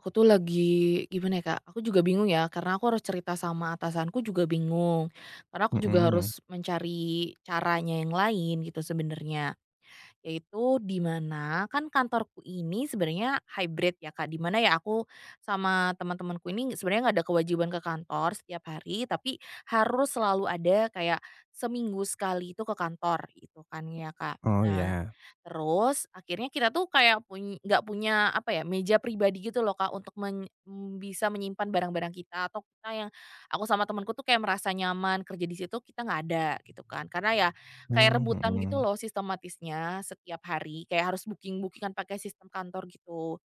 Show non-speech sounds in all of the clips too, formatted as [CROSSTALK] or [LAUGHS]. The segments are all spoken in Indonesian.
Aku tuh lagi gimana ya, Kak, aku juga bingung ya karena aku harus cerita sama atasanku juga bingung. Karena aku juga Mhm. harus mencari caranya yang lain gitu sebenarnya, yaitu di mana kan kantorku ini sebenarnya hybrid ya, Kak, di mana ya aku sama teman-temanku ini sebenarnya nggak ada kewajiban ke kantor setiap hari, tapi harus selalu ada kayak seminggu sekali itu ke kantor gitu kan ya, Kak. Oh Nah, ya. terus akhirnya kita tuh kayak nggak punya apa ya, meja pribadi gitu loh Kak, untuk bisa menyimpan barang-barang kita atau kita yang aku sama temanku tuh kayak merasa nyaman kerja di situ, kita nggak ada gitu kan. Karena ya kayak Mmm, rebutan gitu mhm. loh sistematisnya setiap hari, kayak harus booking-booking-an pakai sistem kantor gitu.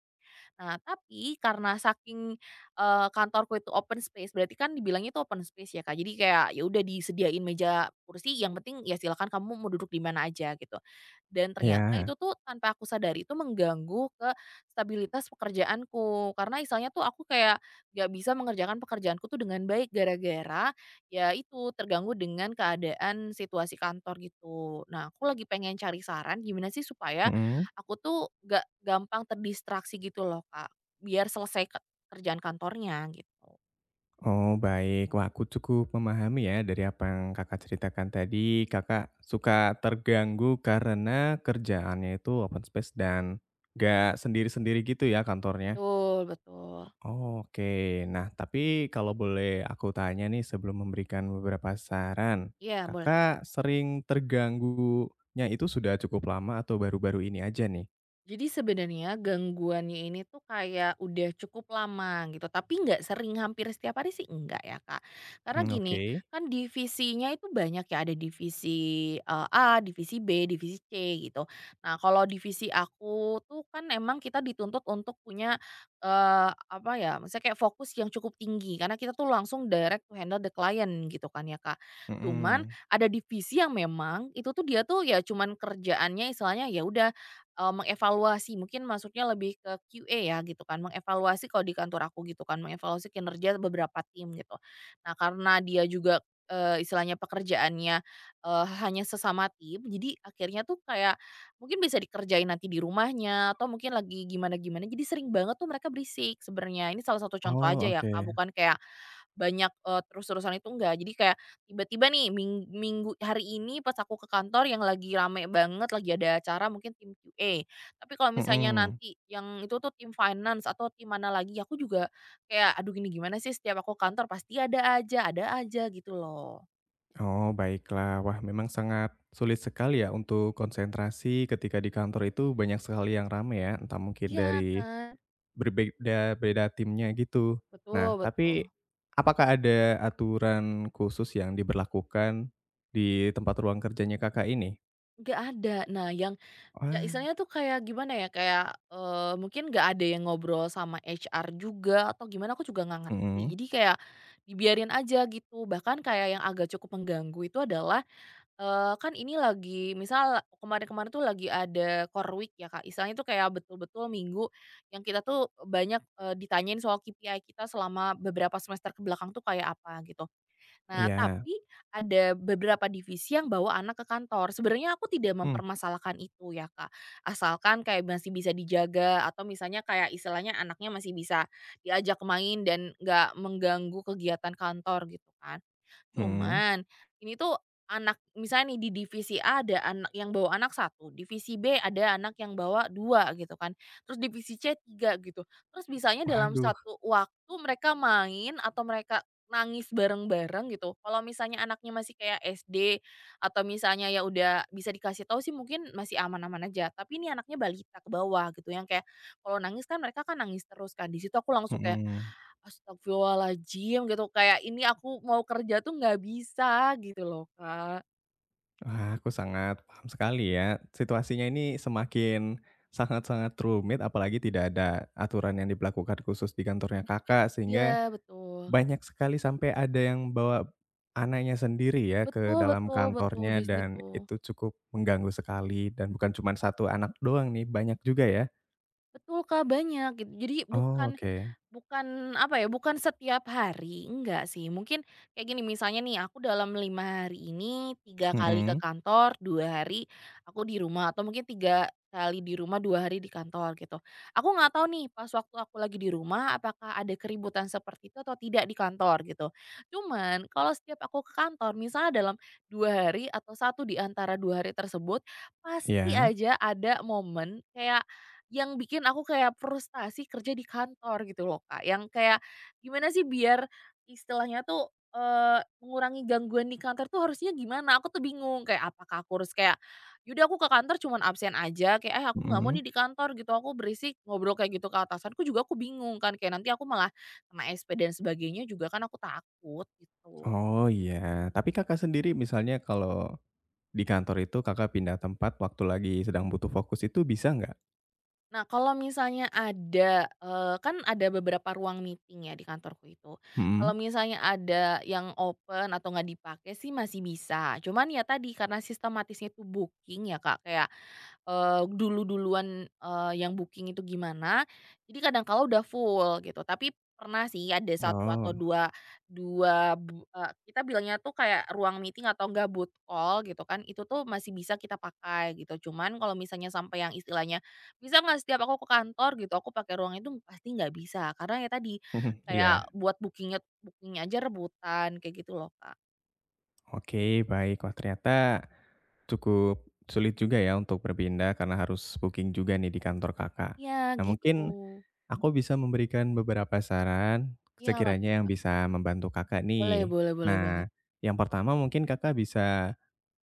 Nah, tapi karena saking, kantorku itu open space, berarti kan dibilangnya itu open space ya, Kak. Jadi kayak ya udah disediain meja, kursi, yang penting ya silakan kamu mau duduk di mana aja gitu. Dan ternyata Iya. itu tuh tanpa aku sadari itu mengganggu ke stabilitas pekerjaanku. Karena misalnya tuh aku kayak gak bisa mengerjakan pekerjaanku tuh dengan baik gara-gara ya itu terganggu dengan keadaan situasi kantor gitu. Nah, aku lagi pengen cari saran gimana sih supaya Mhm. aku tuh gak gampang terdistraksi gitu loh, Kak, biar selesai ke kerjaan kantornya gitu. Oh, baik. Wah, aku cukup memahami ya dari apa yang Kakak ceritakan tadi, Kakak suka terganggu karena kerjaannya itu open space dan nggak sendiri-sendiri gitu ya kantornya? Betul betul. Oke. Nah, tapi kalau boleh aku tanya nih sebelum memberikan beberapa saran, Iya, boleh. Kakak sering terganggunya itu sudah cukup lama atau baru-baru ini aja nih? Jadi sebenarnya gangguannya ini tuh kayak udah cukup lama gitu, tapi nggak sering hampir setiap hari sih enggak ya Kak. Karena gini, Oke. kan divisinya itu banyak ya, ada divisi, A, divisi B, divisi C gitu. Nah kalau divisi aku tuh kan emang kita dituntut untuk punya, apa ya, misalnya kayak fokus yang cukup tinggi karena kita tuh langsung direct to handle the client gitu kan ya Kak. Cuman Mhm. ada divisi yang memang itu tuh dia tuh ya cuman kerjaannya istilahnya ya udah mengevaluasi mungkin maksudnya lebih ke QA ya gitu kan, mengevaluasi kalau di kantor aku gitu kan, mengevaluasi kinerja beberapa tim gitu. Nah karena dia juga, istilahnya pekerjaannya, hanya sesama tim jadi akhirnya tuh kayak mungkin bisa dikerjain nanti di rumahnya atau mungkin lagi gimana-gimana jadi sering banget tuh mereka berisik sebenarnya. Ini salah satu contoh Oh, aja ya oke. Kak, bukan kayak banyak, terus-terusan itu enggak. Jadi kayak tiba-tiba nih minggu hari ini pas aku ke kantor yang lagi rame banget, lagi ada acara mungkin tim QA. Tapi kalau misalnya Mhm. nanti yang itu tuh tim finance atau tim mana lagi, aku juga kayak, "Aduh gini gimana sih setiap aku ke kantor pasti ada aja," gitu loh. Oh, baiklah. Wah, memang sangat sulit sekali ya untuk konsentrasi ketika di kantor itu banyak sekali yang rame ya, entah mungkin Iya dari kan? berbeda beda timnya gitu. Betul Nah, betul. tapi apakah ada aturan khusus yang diberlakukan di tempat ruang kerjanya Kakak ini? Nggak ada. Nah yang ya Wah. istilahnya tuh kayak gimana ya, kayak, mungkin nggak ada yang ngobrol sama HR juga atau gimana aku juga nggak ngerti. Mhm, Jadi kayak dibiarin aja gitu, bahkan kayak yang agak cukup mengganggu itu adalah, kan ini lagi misal kemarin-kemarin tuh lagi ada core week ya Kak, istilahnya tuh kayak betul-betul minggu yang kita tuh banyak, ditanyain soal KPI kita selama beberapa semester ke belakang tuh kayak apa gitu. Nah, iya. tapi ada beberapa divisi yang bawa anak ke kantor. Sebenarnya aku tidak Mmm, mempermasalahkan itu ya, Kak. Asalkan kayak masih bisa dijaga atau misalnya kayak istilahnya anaknya masih bisa diajak main dan nggak mengganggu kegiatan kantor gitu kan. mhm. Cuman ini tuh anak misalnya nih di divisi A ada anak yang bawa anak satu, divisi B ada anak yang bawa dua gitu kan, terus divisi C tiga gitu. Terus bisanya dalam Waduh, satu waktu mereka main atau mereka nangis bareng-bareng gitu, kalau misalnya anaknya masih kayak SD atau misalnya ya udah bisa dikasih tahu sih mungkin masih aman-aman aja, tapi ini anaknya balita ke bawah gitu yang kayak kalau nangis kan mereka kan nangis terus kan, di situ aku langsung kayak, mhm. astagfirullahaladzim gitu kayak ini aku mau kerja tuh nggak bisa gitu loh, Kak. Wah, aku sangat paham sekali ya. Situasinya ini semakin sangat-sangat rumit, apalagi tidak ada aturan yang diberlakukan khusus di kantornya Kakak, Iya sehingga betul. banyak sekali sampai ada yang bawa anaknya sendiri ya ke Betul dalam betul betul kantornya di dan situ. itu cukup mengganggu sekali dan bukan cuma satu anak doang nih, banyak juga ya? Betul, Kak, banyak gitu. Jadi Oh, bukan oke. bukan, apa ya, bukan setiap hari, enggak sih. Mungkin kayak gini, misalnya nih aku dalam 5 hari ini 3 kali ke Mm-mm. kantor, 2 hari aku di rumah atau mungkin 3 kali di rumah, 2 hari di kantor gitu. Aku nggak tahu nih pas waktu aku lagi di rumah apakah ada keributan seperti itu atau tidak di kantor gitu. Cuman kalau setiap aku ke kantor misalnya dalam 2 hari atau satu di antara 2 hari tersebut, Ya, pasti iya, aja ada momen kayak yang bikin aku kayak frustasi kerja di kantor gitu loh, Kak, yang kayak gimana sih biar istilahnya tuh, mengurangi gangguan di kantor tuh harusnya gimana? Aku tuh bingung kayak apakah aku harus kayak, yaudah aku ke kantor cuman absen aja," kayak, "Eh, aku nggak mau mhm. nih di kantor gitu, aku berisik," ngobrol kayak gitu ke atasanku juga aku bingung kan, kayak nanti aku malah kena SP dan sebagainya juga kan aku takut gitu. Oh, iya. Tapi Kakak sendiri misalnya kalau di kantor itu Kakak pindah tempat waktu lagi sedang butuh fokus itu bisa nggak? Nah, kalau misalnya ada, kan ada beberapa ruang meeting ya di kantorku itu. Mhm. Kalau misalnya ada yang open atau nggak dipakai sih masih bisa. Cuman ya tadi karena sistematisnya itu booking ya, Kak, kayak, dulu-duluan, yang booking itu gimana, jadi kadang kala udah full gitu. Tapi pernah sih ada satu atau Oh, 2 2 kita bilangnya tuh kayak ruang meeting atau enggak booth call gitu kan, itu tuh masih bisa kita pakai gitu. Cuman kalau misalnya sampai yang istilahnya bisa nggak setiap aku ke kantor gitu, aku pakai ruang itu pasti nggak bisa, karena ya tadi, [LAUGHS] kayak iya. buat bookingnya bookingnya aja rebutan, kayak gitu loh, Kak. Oke, baik. Wah, ternyata cukup sulit juga ya untuk berpindah karena harus booking juga nih di kantor Kakak. Iya, Nah, mungkin gitu. aku bisa memberikan beberapa saran Iya, apa tuh, sekiranya yang Kak? bisa membantu Kakak Boleh nih. boleh boleh Nah, banget. yang pertama mungkin Kakak bisa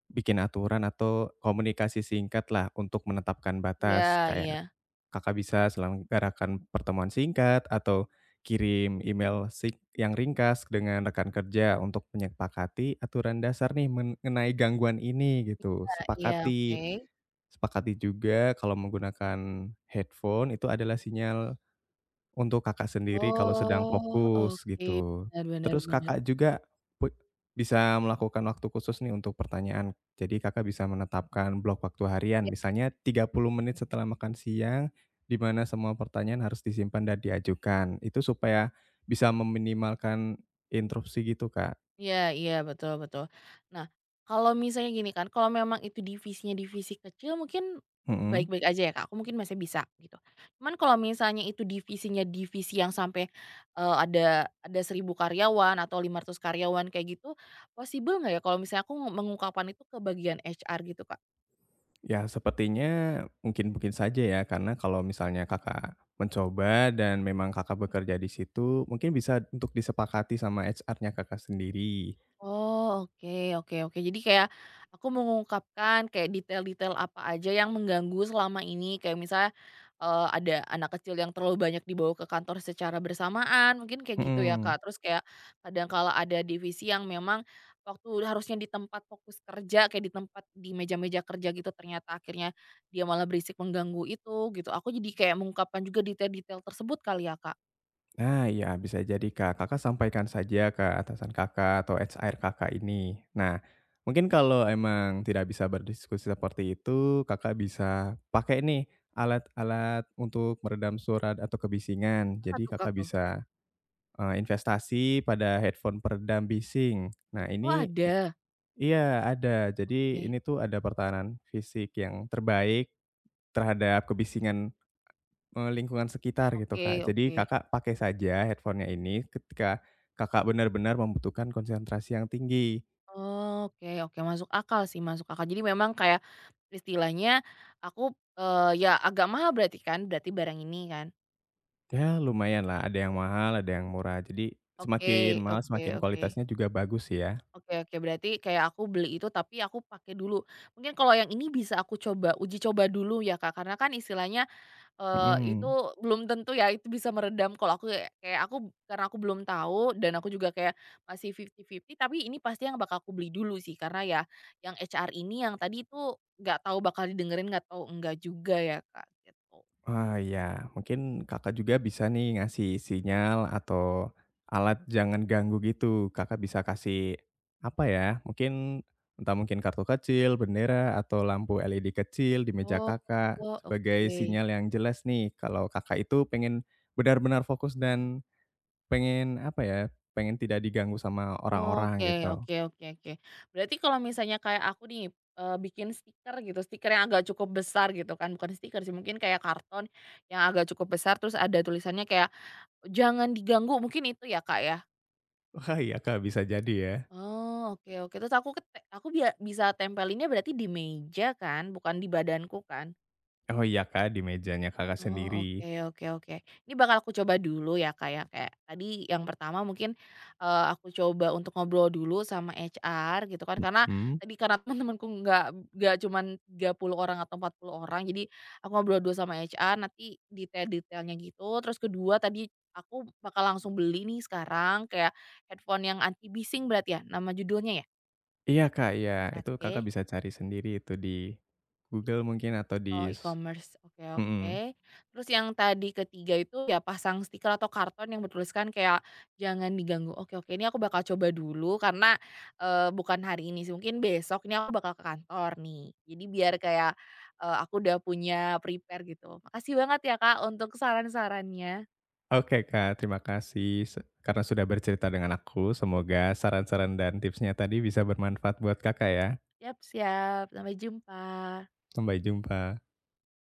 bikin aturan atau komunikasi singkat lah untuk menetapkan batas. Iya iya. Kayak Kakak bisa selenggarakan pertemuan singkat atau kirim email yang ringkas dengan rekan kerja untuk menyepakati aturan dasar nih mengenai gangguan ini gitu. Iya iya, oke. Sepakati sepakati juga kalau menggunakan headphone itu adalah sinyal untuk Kakak sendiri kalau sedang Oh, fokus oke. gitu. Bener bener Terus bener. Kakak juga put bisa melakukan waktu khusus nih untuk pertanyaan. Jadi Kakak bisa menetapkan blok waktu harian, misalnya 30 menit setelah makan siang, di mana semua pertanyaan harus disimpan dan diajukan. Itu supaya bisa meminimalkan interupsi gitu, Kak. Iya iya, betul betul. Nah, kalau misalnya gini kan, kalau memang itu divisinya divisi kecil mungkin Mhm. baik-baik aja ya Kak, aku mungkin masih bisa gitu. Cuman kalau misalnya itu divisinya divisi yang sampai, ada 1.000 karyawan atau 500 karyawan kayak gitu, possible nggak ya kalau misalnya aku mengungkapkan itu ke bagian HR gitu Kak? Ya sepertinya mungkin-mungkin saja ya, karena kalau misalnya Kakak mencoba dan memang Kakak bekerja di situ, mungkin bisa untuk disepakati sama HR-nya Kakak sendiri. Oh, oke oke oke. Jadi kayak aku mengungkapkan kayak detail-detail apa aja yang mengganggu selama ini. Kayak misalnya, ada anak kecil yang terlalu banyak dibawa ke kantor secara bersamaan, mungkin kayak gitu ya, Mhm. Kak. Terus kayak kadang kala ada divisi yang memang waktu harusnya di tempat fokus kerja, kayak di tempat di meja-meja kerja gitu, ternyata akhirnya dia malah berisik mengganggu itu, gitu. Aku jadi kayak mengungkapkan juga detail-detail tersebut kali ya, Kak? Nah ya bisa jadi, Kak, Kakak sampaikan saja ke atasan Kakak atau HR Kakak ini. Nah, mungkin kalau emang tidak bisa berdiskusi seperti itu, Kakak bisa pakai nih alat-alat untuk meredam surat atau kebisingan. Apa Jadi tuh, Kak, Kakak tuh? bisa investasi pada headphone peredam bising. Nah Oh, ini i ada? iya ada. Jadi Oke. ini tuh ada pertahanan fisik yang terbaik terhadap kebisingan, lingkungan sekitar gitu, Oke Kak. Jadi oke. Kakak pakai saja headphone-nya ini ketika Kakak benar-benar membutuhkan konsentrasi yang tinggi. Oke oke, masuk akal sih, masuk akal. Jadi memang kayak istilahnya aku, ya agak mahal berarti kan, berarti barang ini kan? Ya lumayan lah. Ada yang mahal, ada yang murah. Jadi Oke semakin mahal oke semakin oke. kualitasnya juga bagus sih ya. Oke oke, berarti kayak aku beli itu tapi aku pakai dulu. Mungkin kalau yang ini bisa aku coba uji coba dulu ya Kak, karena kan istilahnya itu Mhm. belum tentu ya, itu bisa meredam kalau aku ya kayak aku karena aku belum tahu dan aku juga kayak masih fifty fifty tapi ini pasti yang bakal aku beli dulu sih karena ya yang HR ini yang tadi itu nggak tahu bakal didengerin nggak tahu enggak juga ya, Kak, gitu. Wah, ya, mungkin Kakak juga bisa nih ngasih sinyal atau alat jangan ganggu gitu. Kakak bisa kasih, apa ya, entah mungkin kartu kecil, bendera, atau lampu LED kecil di meja Oh, Kakak sebagai oke. sinyal yang jelas nih kalau Kakak itu pengen benar-benar fokus dan pengen, apa ya, pengen tidak diganggu sama orang-orang Oke gitu. oke oke oke. Berarti kalau misalnya kayak aku nih, bikin stiker gitu, stiker yang agak cukup besar gitu kan, bukan stiker sih, mungkin kayak karton yang agak cukup besar terus ada tulisannya kayak jangan diganggu mungkin itu ya, Kak, ya? [LAUGHS] Wah, iya, Kak, bisa jadi ya. Oh, oke oke. Terus aku bisa tempelinnya berarti di meja kan, bukan di badanku kan? Oh, iya, Kak, di mejanya Kakak sendiri. Oh, oke oke oke. Ini bakal aku coba dulu ya, Kak, ya. Kayak tadi yang pertama mungkin, aku coba untuk ngobrol dulu sama HR gitu kan, karena Mhm. tadi karena [LAUGHS] teman-temanku nggak cuman 30 orang atau 40 orang, jadi aku ngobrol dulu sama HR nanti detail-detailnya gitu. Terus kedua tadi aku bakal langsung beli nih sekarang kayak headphone yang anti bising berarti ya, nama judulnya ya? Iya, Kak, iya. Itu Kakak Oke. bisa cari sendiri itu di Google mungkin atau Oh, di s e-commerce. Oke mhm. oke. Terus yang tadi ketiga itu ya pasang stiker atau karton yang bertuliskan kayak, "Jangan diganggu." Oke oke, ini aku bakal coba dulu karena, bukan hari ini sih, mungkin besok ini aku bakal ke kantor nih. Jadi biar kayak, aku udah punya prepare gitu. Makasih banget ya Kak untuk saran-sarannya. Oke, Kak, terima kasih karena sudah bercerita dengan aku. Semoga saran-saran dan tipsnya tadi bisa bermanfaat buat Kakak ya. Siap siap, sampai jumpa. Sampai jumpa.